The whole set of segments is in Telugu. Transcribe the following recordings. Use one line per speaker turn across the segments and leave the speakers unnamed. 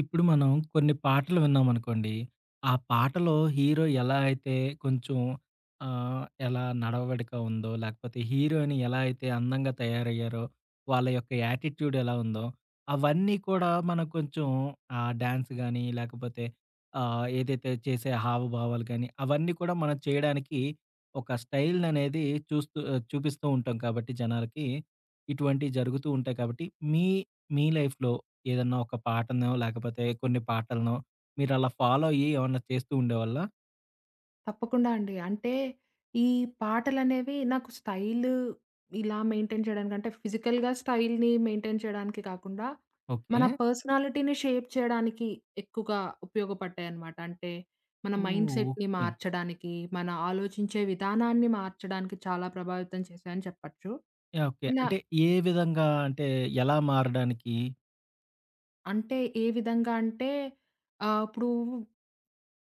ఇప్పుడు మనం కొన్ని పాటలు విన్నామనుకోండి. ఆ పాటలో హీరో ఎలా అయితే కొంచెం ఎలా నడవడిక ఉందో, లేకపోతే హీరోయిన్ ఎలా అయితే అందంగా తయారయ్యారో, వాళ్ళ యొక్క యాటిట్యూడ్ ఎలా ఉందో, అవన్నీ కూడా మనం కొంచెం డాన్స్ గాని, లేకపోతే ఏదైతే చేసే హావభావాలు గాని, అవన్నీ కూడా మనం చేయడానికి ఒక స్టైల్‌ననేది చూస్తూ చూపిస్తూ ఉంటాం కాబట్టి జనాలకి, ఇటువంటివి జరుగుతూ ఉంటాయి కాబట్టి, మీ మీ లైఫ్‌లో ఏదన్నా ఒక పాటనో, లేకపోతే కొన్ని పాటలనో మీరలా ఫాలో అయ్యి ఏమన్నా చేస్తూ ఉండేవాళ్ళా?
తప్పకుండా అండి. అంటే ఈ పాటలనేవి నాకు స్టైలు ఇలా మెయింటైన్ చేయడానికంటే ఫిజికల్‌గా స్టైల్‌ని మెయింటైన్ చేయడానికి కాకుండా,
ఓకే.
మన పర్సనాలిటీని షేప్ చేయడానికి ఎక్కువగా ఉపయోగపడ్డాయన్నమాట. అంటే మన
ఓహ్!
మైండ్‌సెట్‌ని
ఓకే.
మార్చడానికి, మన ఆలోచించే విధానాన్ని మార్చడానికి చాలా ప్రభావితం చేశాయని చెప్పచ్చు.
యాహ్! ఓకే.
ఇలా
అంటే ఏ విధంగా అంటే ఎలా మారడానికి?
అంటే ఏ విధంగా అంటే ఇప్పుడు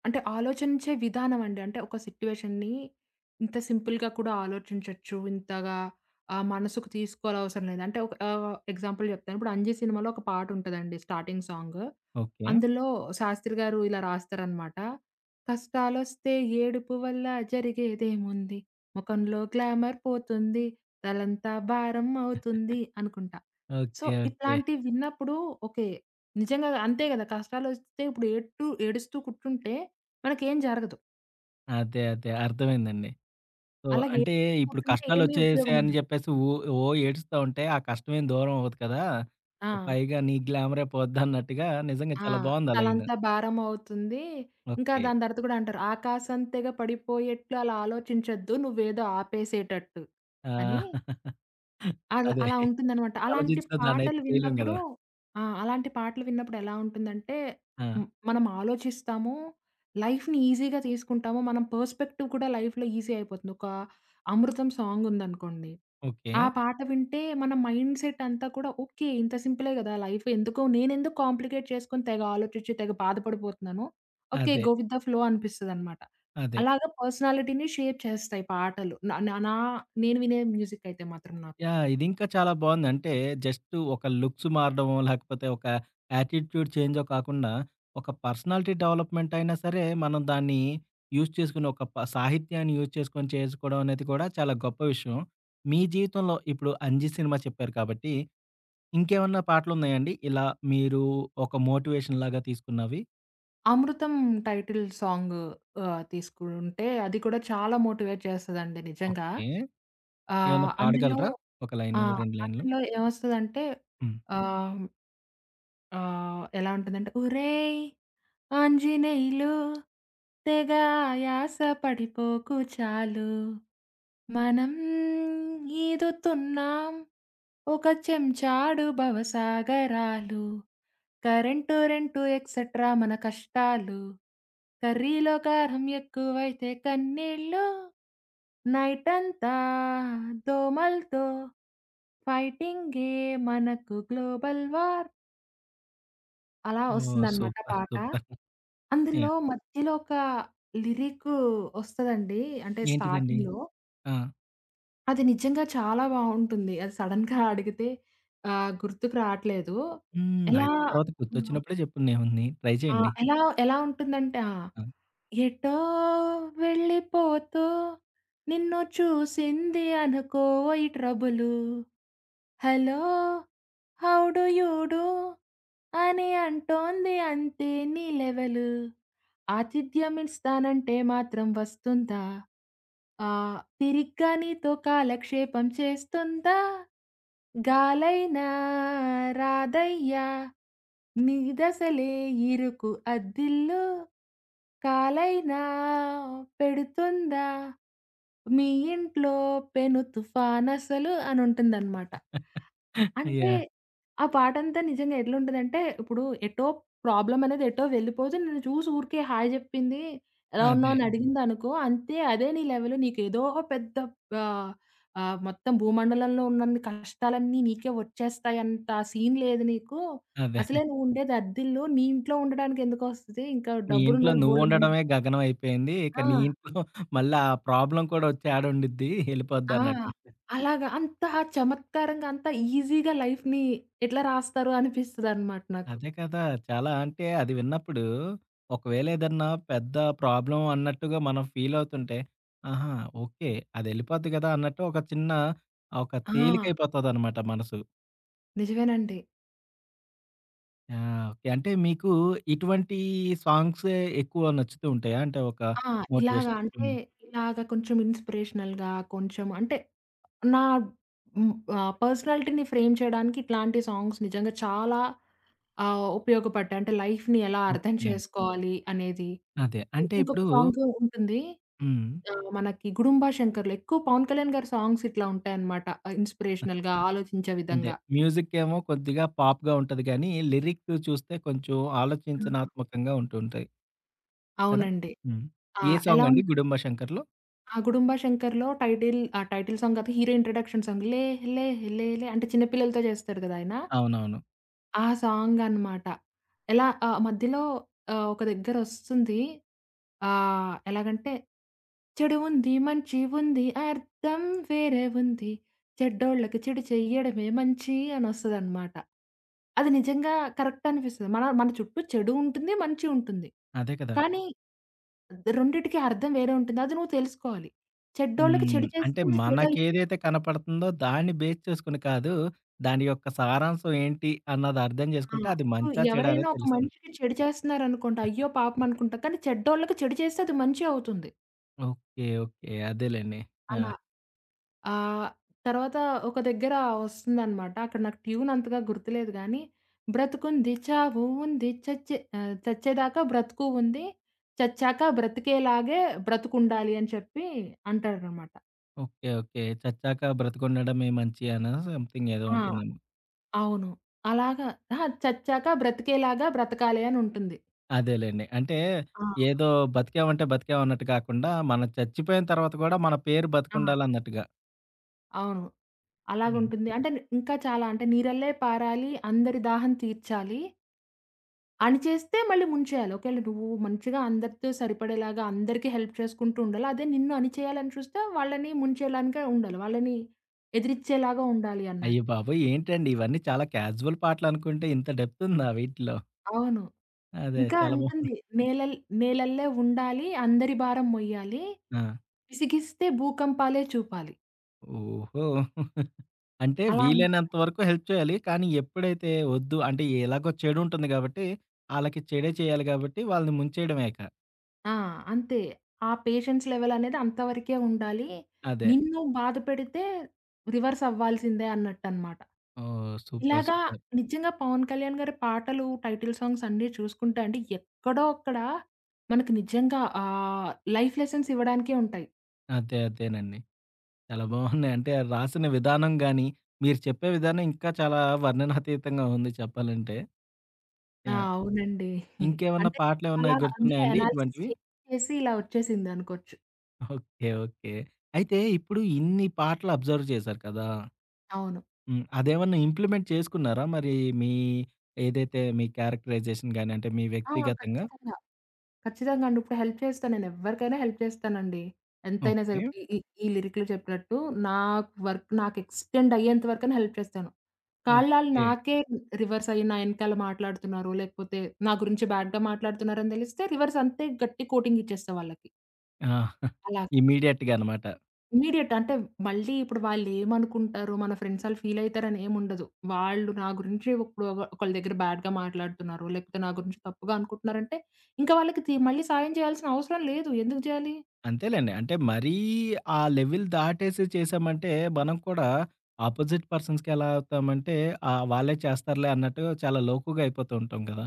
అంటే ఆలోచించే విధానం అండి. అంటే ఒక సిట్యుయేషన్‌ని ఇంత సింపుల్‌గా కూడా ఆలోచించొచ్చు. ఇంతగా మనసుకు తీసుకోనవసరం లేదు. అంటే ఒక ఎగ్జాంపుల్ చెప్తాను. ఇప్పుడు 'అంజి' సినిమాలో ఒక పాటుంటదండి స్టార్టింగ్ సాంగ్.
ఓకే.
అందులో శాస్త్రి గారు ఇలా రాస్తారనమాట. కష్టాలొస్తే ఏడుపు వల్ల జరిగేదేముంది? ముఖంలో గ్లామర్ పోతుంది. తలంతా భారం అవుతుంది అనుకుంటా. So,
okay. ఓకే.
ఇట్లాంటివి విన్నప్పుడు ఓకే. నిజంగా అంతే గదా! కష్టాలొస్తే ఇప్పుడు ఏడుతూ ఏడుస్తూ కూర్చుంటే మనకేం జరగదు.
అదే, అదే, అర్థమైందండి. సో,
అలాగే
అంటే ఇప్పుడు
కూర్చుంటే ఏమి ఉపయోగం
కష్టాలొచ్చేసాయని
ఉండదు.
జెప్పేసి ఓ ఓ ఏడుస్తా ఉంటే ఆ కష్టమేం దూరం అవ్వదు కదా!
ఆ!
పైగా నీ గ్లామరే పోద్దన్నట్టుగా నిజంగా
ఆ!
చాలా బావుంది ఆ లైను.
తలంతా భారం అవుతుంది. ఇంకా
ఓకే.
దాని తర్వాత కూడా అంటారు, "ఆకాశంతెగ పడిపోయేట్లు అలా ఆలోచించొద్దు. నువ్వేదో ఆపేసేటట్టు" అని
ఆ!
అలా
అదే.
అలా ఉంటుందనమాట. అలాంటి
ఆలోచించిన దాన్నయితే
పాటలు
చేయలేం
విన్నప్పుడు
గదా!
ఆ! అలాంటి పాటలు విన్నప్పుడు ఎలా ఉంటుందంటే,
ఆ!
మనం ఆలోచిస్తాము. లైఫ్‌ని ఈజీగా తీసుకుంటాము. మనం పర్స్పెక్టివ్ కూడా లైఫ్‌లో ఈజీ అయిపోతుంది. ఒక అమృతం సాంగ్ ఉందనుకోండి
ఓకే.
ఆ పాట వింటే మన మైండ్ సెట్ అంతా కూడా ఓకే. ఇంత సింపులే గదా! లైఫ్ ఎందుకో నేనెందుకు కాంప్లికేట్ చేసుకొని తెగ ఆలోచించి, తెగ బాధపడిపోతున్నాను. ఓకే.
అదే.
గో విత్ ద ఫ్లో అనిపిస్తదనమాట.
అదే.
అలాగా పర్సనాలిటీని షేప్ చేస్తాయి పాటలు. న నా నా నేను వినే మ్యూజిక్ అయితే మాత్రం నాకు.
యాహ్! ఇదింకా చాలా బావుంది. అంటే జస్ట్ ఒక లుక్స్ మారడమో, లేకపోతే ఒక యాటిట్యూడ్ చేంజో కాకుండా, ఒక పర్సనాలిటీ డెవలప్‌మెంట్ అయినా సరే, మనం దాన్ని యూజ్ చేసుకుని, ఒక సాహిత్యాన్ని యూజ్ చేసుకొని చేసుకోవడం అనేది కూడా చాలా గొప్ప విషయం. మీ జీవితంలో ఇప్పుడు 'అంజి' సినిమా చెప్పారు కాబట్టి, ఇంకేమన్నా పాటలున్నాయండి? ఇలా మీరు ఒక మోటివేషన్ లాగా తీసుకున్నవి?
'అమృతం' టైటిల్ సాంగ్ తీసుకుంటే అది కూడా చాలా మోటివేట్ చేస్తదండి నిజంగా.
ఓకే. ఏమన్నా
అందులో
పాడగలరా? ఒక
ఆ!
లైను, 2 లైన్లు?
అందులో ఏమొస్తదంటే
హ్మ్.
ఆహ్, ఆహ్, ఎలా ఉంటదంటే, ఒరేయ్ ఆంజనేయులు తెగ ఆయాస పడిపోకు చాలు. మనం ఈదుతున్నాం ఒక చెంచాడు భవసాగరాలు. కరెంటు, రెంటు ఎక్సెట్రా మన కష్టాలు. కర్రీలో కారం ఎక్కువైతే కన్నీళ్ళు. నైటంతా దోమలతో ఫైటింగే మనకు గ్లోబల్ వార్. అలా
ఓహ్!
వస్తుందనమాట
సూపర్.
పాట.
సూపర్.
అందులో
యాహ్!
మధ్యలో ఒక లిరిక్ వస్తదండి. అంటే
ఏంటిదండి?
స్టార్టింగ్‌లో.
ఆ!
అది నిజంగా చాలా బావుంటుంది. అది సడెన్‌గా అడిగితే గుర్తుకు రావట్లేదు.
హ్మ్.
ఎలా
అయితే తర్వాత
హ్మ్.
గుర్తొచ్చినప్పుడే జెప్పండి ఏముంది. ట్రై
ఆ!
చేయండి.
ఎలా ఎలా ఉంటుందంటే, ఆ!
ఆ!
ఎటో వెళ్ళిపోతూ నిన్ను చూసింది అనుకో ఈ trouble. Hello how do you do అని అంటోంది అంతే నీ లెవెలు. ఆతిథ్యం ఇస్తానంటే మాత్రం వస్తుందా? తిరిగ్గా నీతో కాలక్షేపం చేస్తుందా? గాలైనా రాదయ్యా నీదసలే ఇరుకు అద్దిల్లు. కాలైనా పెడుతుందా మీ ఇంట్లో పెను తుఫానసలు అనుంటుందనమాట. అంటే,
యాహ్!
ఆ పాటంతా నిజంగా ఎట్లుంటదంటే, ఇప్పుడు ఎటో ప్రాబ్లమ్ అనేది ఎటో వెళ్ళిపోతే, నన్ను చూసి ఊరికే హాయ్ జెప్పింది, ఎలా ఉన్నావు
అదే.
అని అడిగిందనుకో, అంతే అదే నీ లెవెల్. నీకేదో పెద్ద ఆహ్, ఆహ్, మొత్తం భూమండలంలో ఉన్నన్ని కష్టాలన్నీ నీకే వచ్చేస్తాయంత సీన్ లేదు నీకు.
అదే.
అసలే నువ్వుండేది అద్దిల్లు. నీ ఇంట్లో ఉండడానికి ఎందుకొస్తది? ఇంకా
నీ ఇంట్లో
డబ్బులున్నోళ్ళు బోలెడుమంది
నువ్వుండడమే గగనం అయిపోయింది. ఇక
ఆ!
నీ ఇంట్లో మళ్ళీ ఆ ప్రాబ్లమ్ కూడా వచ్చి ఆడుండిద్ది,
ఆ!
ఎళ్ళిపోద్దన్నట్టుగా.
అలాగా అంత చమత్కారంగా, అంత ఈజీగా లైఫ్‌ని ఎట్లా రాస్తారో అనిపిస్తదనమాట నాకు.
అదే కదా! చాలా అంటే అది విన్నప్పుడు ఒకవేళ ఏదన్నా పెద్ద ప్రాబ్లమ్ అన్నట్టుగా మనం ఫీల్ అవుతుంటే, ఆహా! ఓకే. అదెళ్ళిపోద్ది గదా! అన్నట్టు ఒక చిన్న ఒక
ఆ!
తేలికైపోతదనమాట మనసు.
నిజమేనండి.
ఆ! ఓకే. అంటే మీకు ఇటువంటి సాంగ్సే ఎక్కువ నచ్చుతూ ఉంటాయా? అంటే ఒక
ఆ! ఇలాగా
మోటివేషన్.
అంటే,
హ్మ్.
ఇలాగ కొంచెం ఇన్‌స్పిరేషనల్‌గా కొంచెం అంటే, నా పర్సనాలిటీని ఫ్రేమ్ చేయడానికి ఇట్లాంటి సాంగ్స్ నిజంగా చాలా ఉపయోగపడ్డాయి. అంటే లైఫ్‌ని ఎలా అర్థం
ఓకే.
చేసుకోవాలి అనేది.
అదే.
ఇ
అంటే
ఇంకొక
ఇప్పుడు.
సాంగ్ ఉంటుంది.
హ్మ్.
మనకి 'గుడుంబా శంకర్‌లో' ఎక్కువ పవన్ కళ్యాణ్ గారి సాంగ్స్ ఇట్లా ఉంటాయన్నమాట. ఇన్‌స్పిరేషనల్‌గా ఆలోచించే
అంటే
విధంగా.
మ్యూజిక్కేమో కొద్దిగా పాప్‌గా ఉంటది గానీ, లిరిక్ చూస్తే కొంచెం
ఆ!
ఆలోచించనాత్మకంగా ఉంటూ ఉంటాయి. కదా!
అవునండి.
హ్మ్.
ఆ!
ఏ
ఎలా
సాంగండి 'గుడుంబ శంకర్‌లో'?
ఆ 'గుడుంబ శంకర్‌లో' టైటిల్ సాంగ్ కాక హీరో ఇంట్రడక్షన్ సాంగ్. లే లే లే లే అంటే చిన్న పిల్లలతో చేస్తాడు కదా ఆయన.
అవునవును.
ఆ సాంగనమాట. మధ్యలో ఒక దగ్గరొస్తుంది. ఎలాగంటే, చెడు ఉంది, మంచి ఉంది, అర్థం వేరే ఉంది. చెడ్డోళ్ళకి చెడు చెయ్యడమే మంచి అనొస్తదనమాట. అది నిజంగా కరెక్ట్ అనిపిస్తది. మన మన చుట్టూ చెడు ఉంటుంది, మంచి ఉంటుంది.
అదే కదా!
కానీ రెండిటికి అర్థం వేరే ఉంటుంది. అది నువ్వు తెలుసుకోవాలి. చెడ్డోళ్ళకి
హ్మ్.
చెడు చేస్తే
అంటే
అది చెడై
మనకేదైతే కనపడుతుందో దాన్ని బేస్ చేసుకొని కాదు, దాని యొక్క సారాంశం ఏంటి అన్నది అర్థం
ఆ!
జేసుకుంటే అది
ఇప్పుడు
మంచా, చెడా
ఎవరైనా
అనేది
ఒక
తెలుస్తుంది.
మనిషికి చెడు చేస్తున్నారనుకోండి, అయ్యో! పాపం అనుకుంటా. కానీ చెడ్డోళ్ళకి చెడు చేస్తే అది మంచి అవుతుంది.
ఓకే. ఓకే. అదేలెండి.
అలా.
యాహ్!
ఆహ్, తర్వాత ఒక దగ్గర వస్తుందనమాట. అక్కడ నాకు ట్యూన్ అంతగా గుర్తులేదు గానీ, బ్రతుకుంది చావు ఉంది చచ్చేదాకా బ్రతుకు ఉంది. చచ్చాక బ్రతికేలాగే బ్రతుకుండాలి అని చెప్పి అంటారనమాట.
ఓకే. ఓకే. చచ్చాక బ్రతికుండడమే మంచి అనా సంథింగ్ ఏదో
ఆ!
ఉంటుందేమో.
అవును. అలాగా అహా! చచ్చాక బ్రతికేలాగా బ్రతకాలి అని ఉంటుంది.
అదేలెండి. అంటే
ఆ!
ఏదో బతికామంటే బతికాం అన్నట్టు కాకుండా, మనం చచ్చిపోయిన తర్వాత గూడా మన పేరు
ఆ!
బతికుండాలన్నట్టుగా.
అవును.
హ్మ్.
అలాగుంటుంది. అంటే ఇంకా చాలా అంటే నీరల్లే పారాలి, అందరి దాహం తీర్చాలి. అణిచేస్తే మళ్ళీ ముంచేయాలి. ఒకేళ నువ్వు మంచిగా అందరితో సరిపడేలాగా అందరికీ హెల్ప్ చేసుకుంటూ ఉండాలి. అదే నిన్ను అణిచేయాలని చూస్తే వాళ్ళని ముంచేయడానికే ఉండాలి. వాళ్ళని ఎదిరిచ్చేలాగా ఉండాలి
అయ్య
అన్నట్టు.
బాబోయ్! ఏంటండి ఇవన్నీ చాలా క్యాజువల్ పాటలనుకుంటే ఇంత డెప్త్ ఉందా వీటిలో?
అవును.
అదే
ఇంకా
చాలా బాగుంది.
ఉంటుంది. నేలల్ నేలల్లే ఉండాలి, అందరి భారం మొయ్యాలి,
ఆ!
విసిగిస్తే భూకంపాలే చూపాలి.
ఓహో! అంటే
అలా
వీలైనంత వరకు హెల్ప్ చేయాలి. కానీ ఎప్పుడైతే వద్దు అంటే ఎలాగో చెడుంటుంది గాబట్టి, ఆళ్ళకి చెడే చేయాలి గాబట్టి వాళ్ళని ముంచేయడమే ఇక.
ఆ! అంతే. ఆ పేషెన్స్ లెవెలనేది అంతవరకే ఉండాలి.
అదే.
నిన్ను బాధపెడితే రివర్స్ అవ్వాల్సిందే అన్నట్టనమాట.
ఓహ్! సూపర్.
ఇలాగా
సూపర్.
నిజంగా 'పవన్ కళ్యాణ్' గారి పాటలు, టైటిల్ సాంగ్స్ అన్నీ చూసుకుంటే అండి, ఎక్కడో అక్కడ మనకి నిజంగా లైఫ్ లెసన్స్ ఇవ్వడానికే ఉంటాయి.
అదే. అదేనండి. చాలా బాగున్నాయి. అంటే రాసిన విధానం గాని, మీరు చెప్పే విధానం ఇంకా చాలా వర్ణనాతీతంగా ఉంది చెప్పాలంటే.
ఆ!
యాహ్!
అవునండి.
ఇంకేమన్నా
అంటే
పాటలేమన్నా
చాలా అందులో
గుర్తున్నాయండి
అనాలిసిస్
ఇటువంటివి?
చేసి, చేసి ఇలా వచ్చేసిందనుకోవచ్చు.
ఓకే. ఓకే. అయితే ఇప్పుడు ఇన్ని పాటలు అబ్జర్వ్ చేశారు కదా!
అవును.
హ్మ్. అదేమన్నా ఇంప్లిమెంట్ చేసుకున్నారా? మరి మీ ఏదైతే మీ క్యారెక్టరైజేషన్ గాని, అంటే మీ
ఆ!
వ్యక్తిగతంగా?
ఖచ్చితంగా. ఖచ్చితంగా అండి. ఇప్పుడు హెల్ప్ చేస్తా. నేనెవ్వరికైనా హెల్ప్ చేస్తానండి. ఎంతైనా సరే.
ఓకే.
ఇప్పుడు ఈ లిరిక్‌లో చెప్పినట్టు నా వర్క్ నాకు ఎక్స్టెండ్ అయ్యేంత వరకైనా హెల్ప్ చేస్తాను. కాళ్ళాళ్ళు
ఓకే.
నాకే రివర్స్ అయ్యి నా ఎనకాల మాట్లాడుతున్నారు. లేకపోతే నా గురించి బ్యాడ్‌గా మాట్లాడుతున్నారని తెలిస్తే రివర్స్ అంతే గట్టి కోటింగ్ ఇచ్చేస్తా వాళ్ళకి.
ఆ!
అలా.
ఇమ్మీడియేట్‌గా అనమాట.
ఇమ్మీడియేట్ అంటే మళ్ళీ ఇప్పుడు వాళ్ళేమనుకుంటారో, మన ఫ్రెండ్స్ ఆళ్ళు ఫీల్ అయితారని ఏముండదు. వాళ్ళు నా గురించి ఇప్పుడు ఒకళ్ళ దగ్గర బ్యాడ్‌గా మాట్లాడుతున్నారు, లేకపోతే నా గురించి తప్పుగా అనుకుంటున్నారంటే, ఇంక వాళ్ళకి మళ్ళీ సాయం చేయాల్సిన అవసరం లేదు. ఎందుకు జేయాలి?
అంతేలేండి. అంటే మరీ ఆ లెవెల్ దాటేసి చేసామంటే, మనం కూడా అపోజిట్ పర్సన్స్‌కి ఎలా అవుతామంటే, వాళ్ళే చేస్తారులే అన్నట్టు చాలా లోకువగా అయిపోతూ ఉంటాం గదా!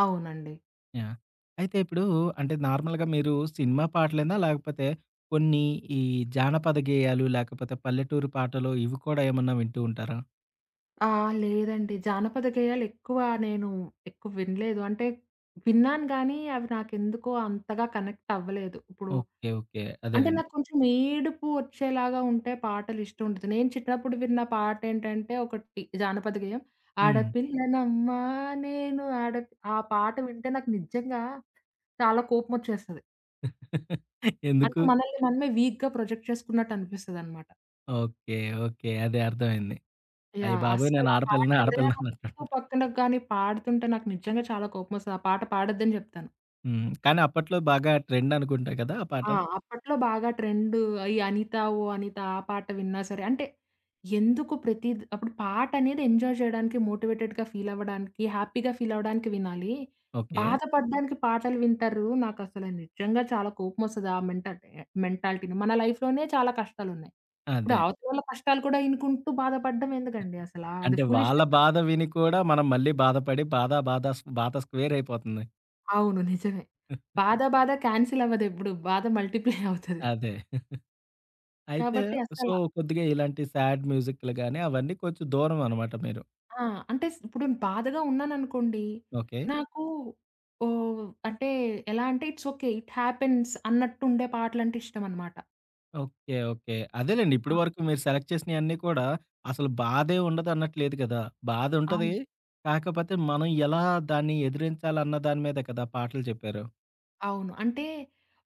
అవునండి.
యాహ్! అయితే ఇప్పుడు అంటే నార్మల్‌గా మీరు సినిమా పాటలేనా? లేకపోతే కొన్ని ఈ జానపద గేయాలు, లేకపోతే పల్లెటూరు పాటలు ఇవి కూడా ఏమన్నా వింటూ ఉంటారా?
ఆ! లేదండి. జానపద గేయాలెక్కువ నేను ఎక్కువ వినలేదు. అంటే విన్నాను గానీ, అవి నాకెందుకో అంతగా కనెక్ట్ అవ్వలేదు. ఇప్పుడు
ఓకే. ఓకే.
అంటే
అదేనండి.
నాకు కొంచెం ఏడుపు వచ్చేలాగా ఉంటే పాటలిష్టం ఉండదు. నేను చిన్నప్పుడు విన్న పాటేంటంటే ఒకటి జానపద గేయం.
హ్మ్.
'ఆడపిల్లనమ్మా నేను ఆడపి' ఆ పాట వింటే నాకు నిజంగా చాలా కోపమొచ్చేస్తది. అంటే
ఎందుకు?
మనల్ని మనమే వీక్‌గా ప్రొజెక్ట్ చేసుకున్నట్టు అనిపిస్తదనమాట.
ఓకే. ఓకే. అదే అర్థమైంది. అయ్య
యాహ్!
బాబోయ్!
అస్సలు
నేను
ఆ పాట
ఆడపిల్లనే
ఎవరైనా
ఆడపిల్ల
నా
అన్నట్టు.
చుట్టూ పక్కన గాని పాడుతుంటే నాకు నిజంగా చాలా కోపమొస్తది. ఆ పాట పాడొద్దని జెప్తాను.
హ్మ్. కానీ అప్పట్లో బాగా ట్రెండ్ అనుకుంటా కదా! ఆ పాట.
ఆ! అప్పట్లో బాగా ట్రెండు ఈ 'అనిత ఓ అనిత' ఆ పాట విన్నా సరే, అంటే ఎందుకు అప్పుడు పాటనేది ఎంజాయ్ చేయడానికి, మోటివేటెడ్‌గా ఫీల్ అవ్వడానికి, హ్యాపీగా ఫీల్ అవ్వడానికి వినాలి.
ఓకే.
బాధపడడానికి పాటలు వింటారు. నాకసలు నిజంగా చాలా కోపమొస్తది ఆ మెంటల్ ఎ మెంటాలిటీని. మన లైఫ్‌లోనే చాలా కష్టాలున్నాయి. ఇప్పుడు
అదే.
అవతల వాళ్ళ కష్టాలు కూడా ఇనుకుంటూ బాధపడడం ఎందుకండి అసలా? అది
అంటే వాళ్ళ
ఫూలిష్‌నెస్.
బాధ విని కూడా మనం మళ్ళీ బాధపడి బాధ, బాధ, బాధ స్క్వేర్ అయిపోతుంది.
అవును. నిజమే. బాధ బాధ క్యాన్సిల్ అవ్వదెప్పుడు. బాధ మల్టిప్లై అవుతది.
అదే. అయితే
కాబట్టి
సో,
అసల
కొద్దిగా ఇలాంటి సాడ్ మ్యూజిక్‌లు గాని అవన్నీ కొంచెం దూరం అనమాట మీరు.
ఆ! అంటే ఇప్పుడు బాధగా ఉన్నాననుకోండి,
ఓకే.
నాకు ఓహ్! అంటే ఎలా అంటే ఇట్స్ ఓకే. ఇట్ హ్యాపెన్స్ అన్నట్టు ఉండే పాటలంటే ఇష్టమనమాట.
ఓకే. ఓకే. అదేలెండి.
ఆ!
ఇప్పటి వరకు మీరు సెలెక్ట్ చేసినయన్నీ కూడా అసలు బాధే ఉండదన్నట్లేదు కదా! బాధ ఉంటది.
అవును.
కాకపోతే మనం ఎలా దాన్ని ఎదిరించాలన్న దాని మీద కదా పాటలు చెప్పారు.
అవును. అంటే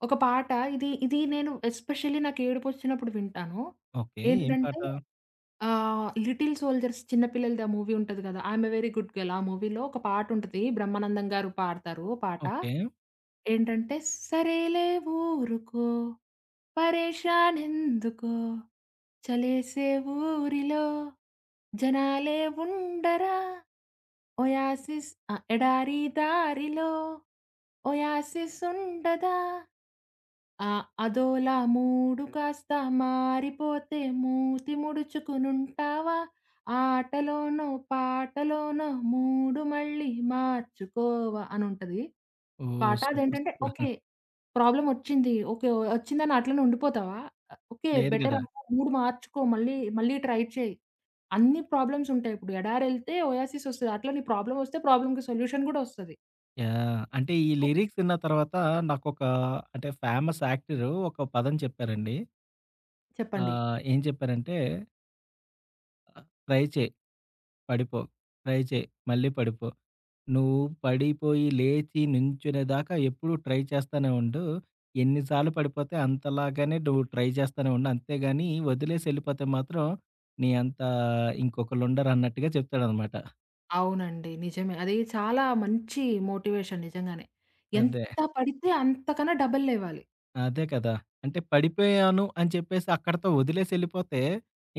ఒక పాట ఇది నేను ఎస్పెషల్లీ నాకు ఏడుపొచ్చినప్పుడు వింటాను.
ఓకే. ఏం
ఏంటంటే
పాట?
'లిటిల్ సోల్జర్స్' చిన్న పిల్లలది ఆ మూవీ ఉంటది గదా! 'I'm a very good girl' ఆ మూవీలో ఒక పాటుంటది. బ్రహ్మానందం గారు పాడతారు పాట.
ఓకే.
ఏంటంటే సరేలే ఊరుకో పరేషాన్ ఎందుకో చలేసే ఊరిలో జనాలే ఉండరా ఒయాసిస్ ఆ ఎడారి దారిలో ఒయాసిస్ ఉండదా ఆ! అదోలా మూడు కాస్త మారిపోతే మూతి ముడుచుకునుంటావా? ఆటలోనో, పాటలోనో మూడు మళ్ళీ మార్చుకోవా అనుంటది.
ఓహ్!
పాట
సూపర్.
అదేంటంటే
సూపర్.
ఓకే. ప్రాబ్లమొచ్చింది. ఓకే. వచ్చిందని అట్లనే ఉండిపోతావా? ఓకే.
లేదు
బెటర్
గదా!
మూడ్ మార్చుకో. మళ్ళీ, మళ్ళీ ట్రై చేయి. అన్ని ప్రాబ్లమ్స్ ఉంటాయి. ఇప్పుడు ఎడారెళ్తే ఒయాసిస్ ఒస్తది. అట్లా నీ ప్రాబ్లమొస్తే ప్రాబ్లమ్‌కి సొల్యూషన్ గూడా ఒస్తది.
యాహ్! అంటే ఈ లిరిక్స్ ఇన్న తర్వాత నాకొక అంటే ఫేమస్ యాక్టర్ ఒక పదం చెప్పారండి.
చెప్పండి.
ఏం చెప్పారంటే ట్రై చేయి పడిపో, ట్రై చేయి మళ్ళీ పడిపో, నువ్వు పడిపోయి లేచి నుంచునేదాకా ఎప్పుడూ ట్రై చేస్తానే ఉండు. ఎన్ని సార్లు పడిపోతే అంతలాగానే నువ్వు ట్రై చేస్తానే ఉండు. అంతేగాని వదిలేసి ఎళ్ళిపోతే మాత్రం నీ అంత ఇంకొకళ్ళు ఉండరన్నట్టుగా చెప్తాడనమాట.
అవునండి. నిజమే. అది చాలా మంచి మోటివేషన్ నిజంగానే.
అదే.
ఎంత పడితే అంతకన్నా డబల్ లేవాలి.
అదే కదా! అంటే పడిపోయాను అని చెప్పేసి అక్కడితో వదిలేసి ఎళ్ళిపోతే,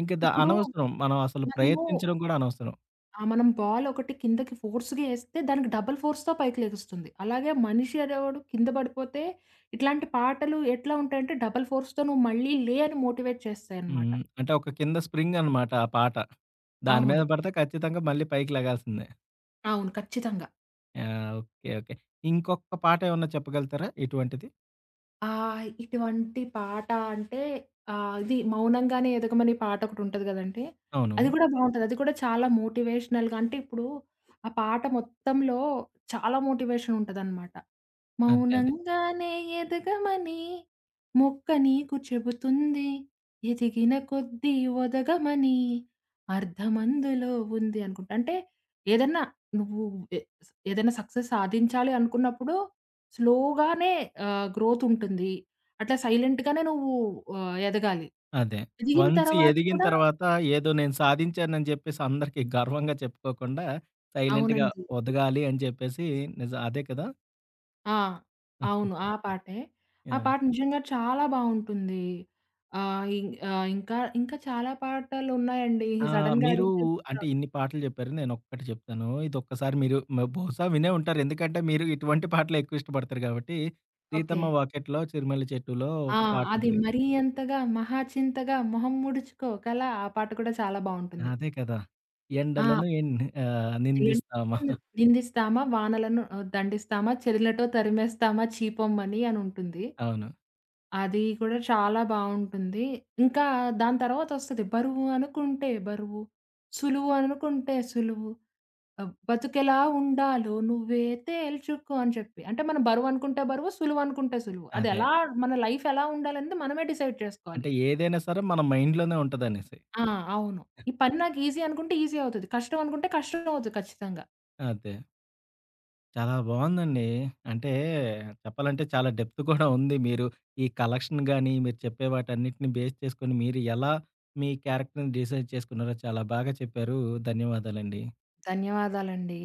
ఇంక
ఇప్పుడు
అనవసరం. మనం అసలు
మనము
ప్రయత్నించడం కూడా అనవసరం.
మనం బాల్ ఒకటి కిందకి ఫోర్స్‌గా ఏస్తే దానికి డబుల్ ఫోర్స్‌తో పైకి లెగుస్తుంది. అలాగే మనిషి అనేవాడు కింద పడిపోతే ఇట్లాంటి పాటలు ఎట్లా ఉంటాయంటే డబుల్ ఫోర్స్‌తో నువ్వు మళ్ళీ లే అని మోటివేట్ చేస్తాయన్నమాట.
హ్మ్. అంటే ఒక కింద స్ప్రింగ్ అనమాట ఆ పాట. దాని మీద
అవును.
పడితే ఖచ్చితంగా మళ్ళీ పైకి లెగాల్సిందే.
అవును. ఖచ్చితంగా.
ఆ! ఓకే. ఓకే. ఇంకొక పాట ఏమన్నా చెప్పగలుగుతారా ఇటువంటిది?
ఆ! ఇటువంటి పాట అంటే ఇది 'మౌనంగానే ఎదగమని' పాటొకటుంటది గదండీ!
అవును.
అది గూడా బావుంటది. అది కూడా చాలా మోటివేషనల్‌గా అంటే ఇప్పుడు ఆ పాట మొత్తంలో చాలా మోటివేషన్ ఉంటదనమాట.
అదే. అదే.
మౌనంగానే ఎదగమని మొక్క నీకు చెబుతుంది. ఎదిగిన కొద్దీ ఒదగమని అర్థమందులో ఉంది అనుకుంటా. అంటే ఏదన్నా నువ్వు ఎ స్ ఏదైనా సక్సెస్ సాధించాలి అనుకున్నప్పుడు స్లోగానే గ్రోత్ ఉంటుంది. అట్లా సైలెంట్‌గానే నువ్వు ఎదగాలి.
అదే.
ఎదిగిన
వన్స్
తర్వాత
ఎదిగిన
కూడా
తర్వాత ఏదో నేను సాధించానని చెప్పేసి అందరికి గర్వంగా చెప్పుకోకుండా, సైలెంట్‌గా
అవునండి.
ఒదగాలి అని చెప్పేసి నిజం అదే కదా!
ఆ! అవును. ఆ పాటే. ఆ
యాహ్!
పాట నిజంగా చాలా బావుంటుంది. ఆహ్, ఇం ఆహ్, ఇంకా, ఇంకా చాలా పాటలున్నాయండి.
ఆ!
సడెన్‌గా
మీరు
అడిగితే
అంటే
గుర్తురావు.
ఇన్ని పాటలు చెప్పారు. నేనొక్కటి చెప్తాను. ఇదొక్కసారి మీరు బహుశా వినే ఉంటారు. ఎందుకంటే మీరు ఇటువంటి పాటలే ఎక్కువ ఇష్టపడతారు కాబట్టి.
ఓకే.
'సీతమ్మ వాకిట్లో చిరుమల్లి చెట్టులో' ఒక
ఆ! అది
పాటుంటది.
మరీ అంతగా మహా చింతగా మొహం ముడుచుకో కల ఆ పాట కూడా చాలా బావుంటుంది.
అదే కదా!
ఆ!
ఎండలను నిందిస్తామా.
ఎండలను నిందిస్తామా వానలను దండిస్తామా చెదలటో తరిమేస్తామా చీపొమ్మని అనుంటుంది.
అవును.
అది కూడా చాలా బావుంటుంది. ఇంకా దాని తర్వాతొస్తది 'బరువు అనుకుంటే బరువు, సులువు అనుకుంటే సులువు, బతుకెలా ఉండాలో నువ్వే తేల్చుకో' అని చెప్పి. అంటే మనం బరువు అనుకుంటే బరువు, సులువు అనుకుంటే సులువు.
అదే.
మన లైఫ్ ఎలా ఉండాలనేది మనమే డిసైడ్ చేసుకోవాలి.
అంటే ఏదైనా సరే మన మైండ్‌లోనే ఉంటదనేసి.
ఆ! అవును. ఈ పని నాకు ఈజీ అనుకుంటే ఈజీ అవుతది. కష్టం అనుకుంటే కష్టం అవుతది ఖచ్చితంగా.
అదే. చాలా బావుందండి. అంటే చెప్పాలంటే చాలా డెప్త్ కూడా ఉంది. మీరు ఈ కలెక్షన్ గాని, మీరు చెప్పే వాటన్నిటిని బేస్ చేసుకొని మీరు ఎలా మీ క్యారెక్టర్‌ని డిసైడ్ చేసుకున్నారో చాలా బాగా చెప్పారు. ధన్యవాదాలండి.
ధన్యవాదాలండి.